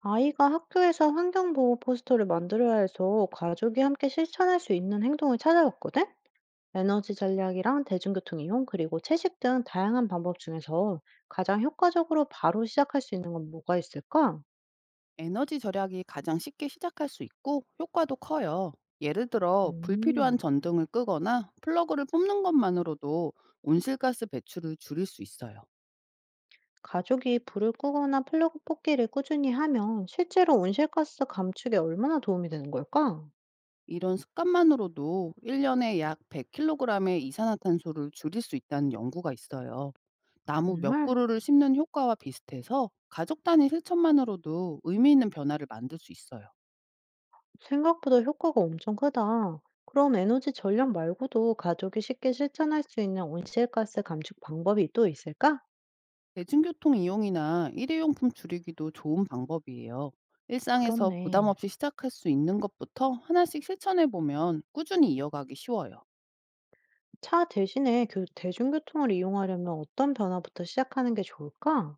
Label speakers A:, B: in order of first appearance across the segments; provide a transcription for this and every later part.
A: 아이가 학교에서 환경보호 포스터를 만들어야 해서 가족이 함께 실천할 수 있는 행동을 찾아봤거든? 에너지 전략이랑 대중교통 이용, 그리고 채식 등 다양한 방법 중에서 가장 효과적으로 바로 시작할 수 있는 건 뭐가 있을까?
B: 에너지 절약이 가장 쉽게 시작할 수 있고 효과도 커요. 예를 들어 불필요한
A: 음,
B: 전등을 끄거나 플러그를 뽑는 것만으로도 온실가스 배출을 줄일 수 있어요.
A: 가족이 불을 끄거나 플러그 뽑기를 꾸준히 하면 실제로 온실가스 감축에 얼마나 도움이 되는 걸까?
B: 이런 습관만으로도 1년에 약 100kg의 이산화탄소를 줄일 수 있다는 연구가 있어요. 나무 몇
A: 정말?
B: 그루를 심는 효과와 비슷해서 가족 단위 실천만으로도 의미 있는 변화를 만들 수 있어요.
A: 생각보다 효과가 엄청 크다. 그럼 에너지 절약 말고도 가족이 쉽게 실천할 수 있는 온실가스 감축 방법이 또 있을까?
B: 대중교통 이용이나 일회용품 줄이기도 좋은 방법이에요. 일상에서 부담
A: 그렇네.
B: 없이 시작할 수 있는 것부터 하나씩 실천해 보면 꾸준히 이어가기 쉬워요.
A: 차 대신에 대중교통을 이용하려면 어떤 변화부터 시작하는 게 좋을까?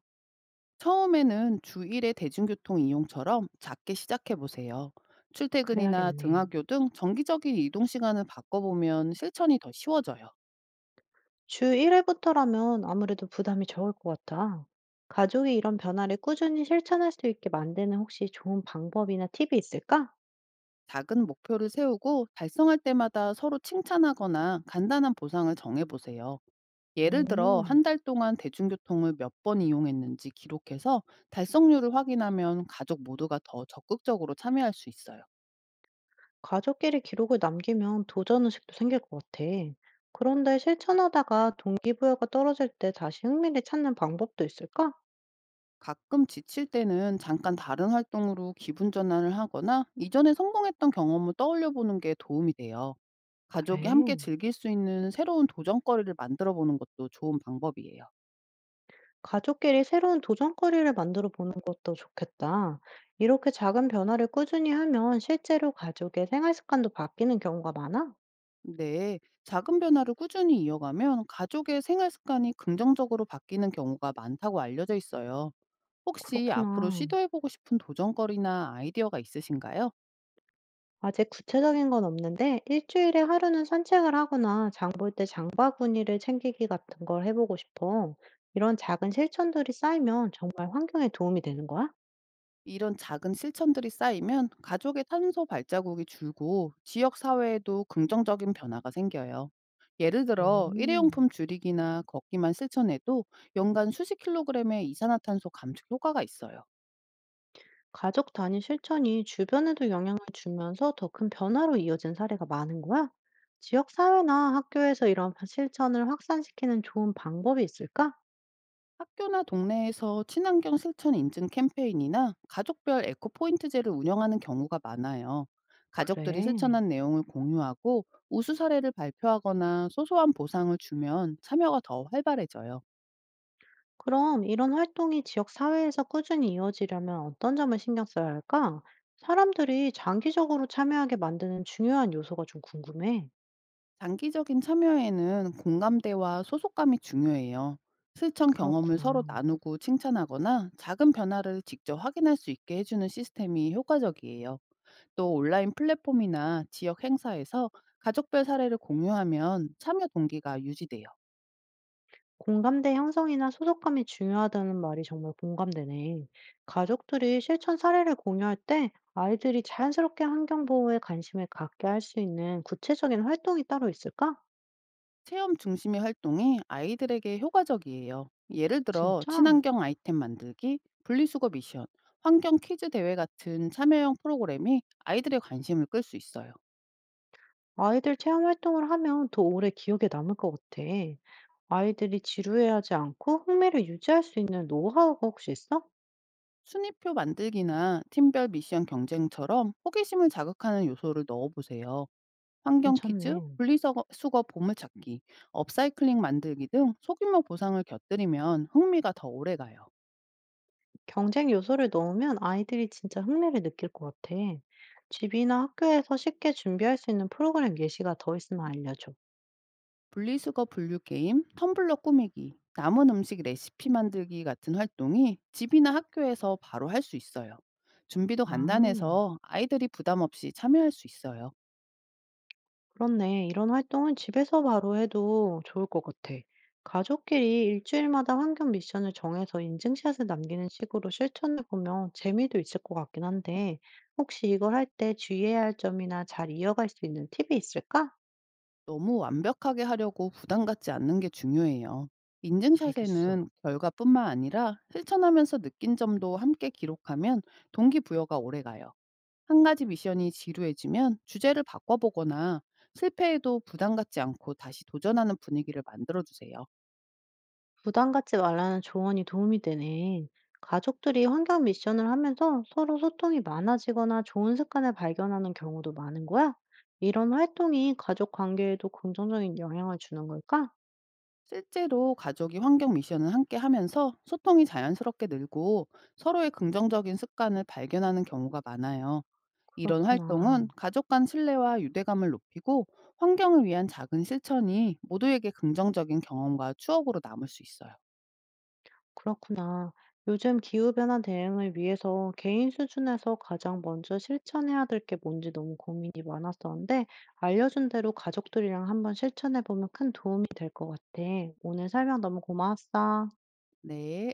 B: 처음에는 주 1회 대중교통 이용처럼 작게 시작해 보세요. 출퇴근이나
A: 그래야겠네.
B: 등하교 등 정기적인 이동 시간을 바꿔보면 실천이 더 쉬워져요.
A: 주 1회부터라면 아무래도 부담이 적을 것 같아. 가족이 이런 변화를 꾸준히 실천할 수 있게 만드는 혹시 좋은 방법이나 팁이 있을까?
B: 작은 목표를 세우고 달성할 때마다 서로 칭찬하거나 간단한 보상을 정해보세요. 예를 들어
A: 오.
B: 한 달 동안 대중교통을 몇 번 이용했는지 기록해서 달성률을 확인하면 가족 모두가 더 적극적으로 참여할 수 있어요.
A: 가족끼리 기록을 남기면 도전 의식도 생길 것 같아. 그런데 실천하다가 동기부여가 떨어질 때 다시 흥미를 찾는 방법도 있을까?
B: 가끔 지칠 때는 잠깐 다른 활동으로 기분 전환을 하거나 이전에 성공했던 경험을 떠올려 보는 게 도움이 돼요. 가족이
A: 그래.
B: 함께 즐길 수 있는 새로운 도전거리를 만들어 보는 것도 좋은 방법이에요.
A: 가족끼리 새로운 도전거리를 만들어 보는 것도 좋겠다. 이렇게 작은 변화를 꾸준히 하면 실제로 가족의 생활 습관도 바뀌는 경우가 많아?
B: 네, 작은 변화를 꾸준히 이어가면 가족의 생활 습관이 긍정적으로 바뀌는 경우가 많다고 알려져 있어요. 혹시 앞으로
A: 그렇구나.
B: 시도해보고 싶은 도전거리나 아이디어가 있으신가요?
A: 아직 구체적인 건 없는데 일주일에 하루는 산책을 하거나 장볼 때 장바 구니를 챙기기 같은 걸 해보고 싶어. 이런 작은 실천들이 쌓이면 정말 환경에 도움이 되는 거야?
B: 이런 작은 실천들이 쌓이면 가족의 탄소 발자국이 줄고 지역 사회에도 긍정적인 변화가 생겨요. 예를 들어 일회용품
A: 음,
B: 줄이기나 걷기만 실천해도 연간 수십 킬로그램의 이산화탄소 감축 효과가 있어요.
A: 가족 단위 실천이 주변에도 영향을 주면서 더 큰 변화로 이어진 사례가 많은 거야? 지역 사회나 학교에서 이런 실천을 확산시키는 좋은 방법이 있을까?
B: 학교나 동네에서 친환경 실천 인증 캠페인이나 가족별 에코 포인트제를 운영하는 경우가 많아요. 가족들이
A: 그래.
B: 실천한 내용을 공유하고 우수 사례를 발표하거나 소소한 보상을 주면 참여가 더 활발해져요.
A: 그럼 이런 활동이 지역 사회에서 꾸준히 이어지려면 어떤 점을 신경 써야 할까? 사람들이 장기적으로 참여하게 만드는 중요한 요소가 좀 궁금해.
B: 장기적인 참여에는 공감대와 소속감이 중요해요. 실천 경험을 서로
A: 그렇구나.
B: 나누고 칭찬하거나 작은 변화를 직접 확인할 수 있게 해주는 시스템이 효과적이에요. 또 온라인 플랫폼이나 지역 행사에서 가족별 사례를 공유하면 참여 동기가 유지돼요.
A: 공감대 형성이나 소속감이 중요하다는 말이 정말 공감되네. 가족들이 실천 사례를 공유할 때 아이들이 자연스럽게 환경 보호에 관심을 갖게 할 수 있는 구체적인 활동이 따로 있을까?
B: 체험 중심의 활동이 아이들에게 효과적이에요. 예를 들어
A: 진짜?
B: 친환경 아이템 만들기, 분리수거 미션, 환경 퀴즈 대회 같은 참여형 프로그램이 아이들의 관심을 끌 수 있어요.
A: 아이들 체험 활동을 하면 더 오래 기억에 남을 것 같아. 아이들이 지루해하지 않고 흥미를 유지할 수 있는 노하우가 혹시 있어?
B: 순위표 만들기나 팀별 미션 경쟁처럼 호기심을 자극하는 요소를 넣어보세요. 환경 퀴즈,
A: 괜찮네.
B: 분리수거 보물찾기, 업사이클링 만들기 등 소규모 보상을 곁들이면 흥미가 더 오래가요.
A: 경쟁 요소를 넣으면 아이들이 진짜 흥미를 느낄 것 같아. 집이나 학교에서 쉽게 준비할 수 있는 프로그램 예시가 더 있으면 알려줘.
B: 분리수거 분류 게임, 텀블러 꾸미기, 남은 음식 레시피 만들기 같은 활동이 집이나 학교에서 바로 할 수 있어요. 준비도
A: 아,
B: 간단해서 아이들이 부담 없이 참여할 수 있어요.
A: 그렇네. 이런 활동은 집에서 바로 해도 좋을 것 같아. 가족끼리 일주일마다 환경 미션을 정해서 인증샷을 남기는 식으로 실천해보면 재미도 있을 것 같긴 한데, 혹시 이걸 할 때 주의해야 할 점이나 잘 이어갈 수 있는 팁이 있을까?
B: 너무 완벽하게 하려고 부담 갖지 않는 게 중요해요.
A: 알겠어.
B: 인증샷에는 결과뿐만 아니라 실천하면서 느낀 점도 함께 기록하면 동기부여가 오래 가요. 한 가지 미션이 지루해지면 주제를 바꿔보거나 실패해도 부담 갖지 않고 다시 도전하는 분위기를 만들어 주세요.
A: 부담 갖지 말라는 조언이 도움이 되네. 가족들이 환경 미션을 하면서 서로 소통이 많아지거나 좋은 습관을 발견하는 경우도 많은 거야? 이런 활동이 가족 관계에도 긍정적인 영향을 주는 걸까?
B: 실제로 가족이 환경 미션을 함께 하면서 소통이 자연스럽게 늘고 서로의 긍정적인 습관을 발견하는 경우가 많아요. 이런
A: 그렇구나.
B: 활동은 가족 간 신뢰와 유대감을 높이고 환경을 위한 작은 실천이 모두에게 긍정적인 경험과 추억으로 남을 수 있어요.
A: 그렇구나. 요즘 기후변화 대응을 위해서 개인 수준에서 가장 먼저 실천해야 될 게 뭔지 너무 고민이 많았었는데, 알려준 대로 가족들이랑 한번 실천해보면 큰 도움이 될 것 같아. 오늘 설명 너무 고마웠어.
B: 네.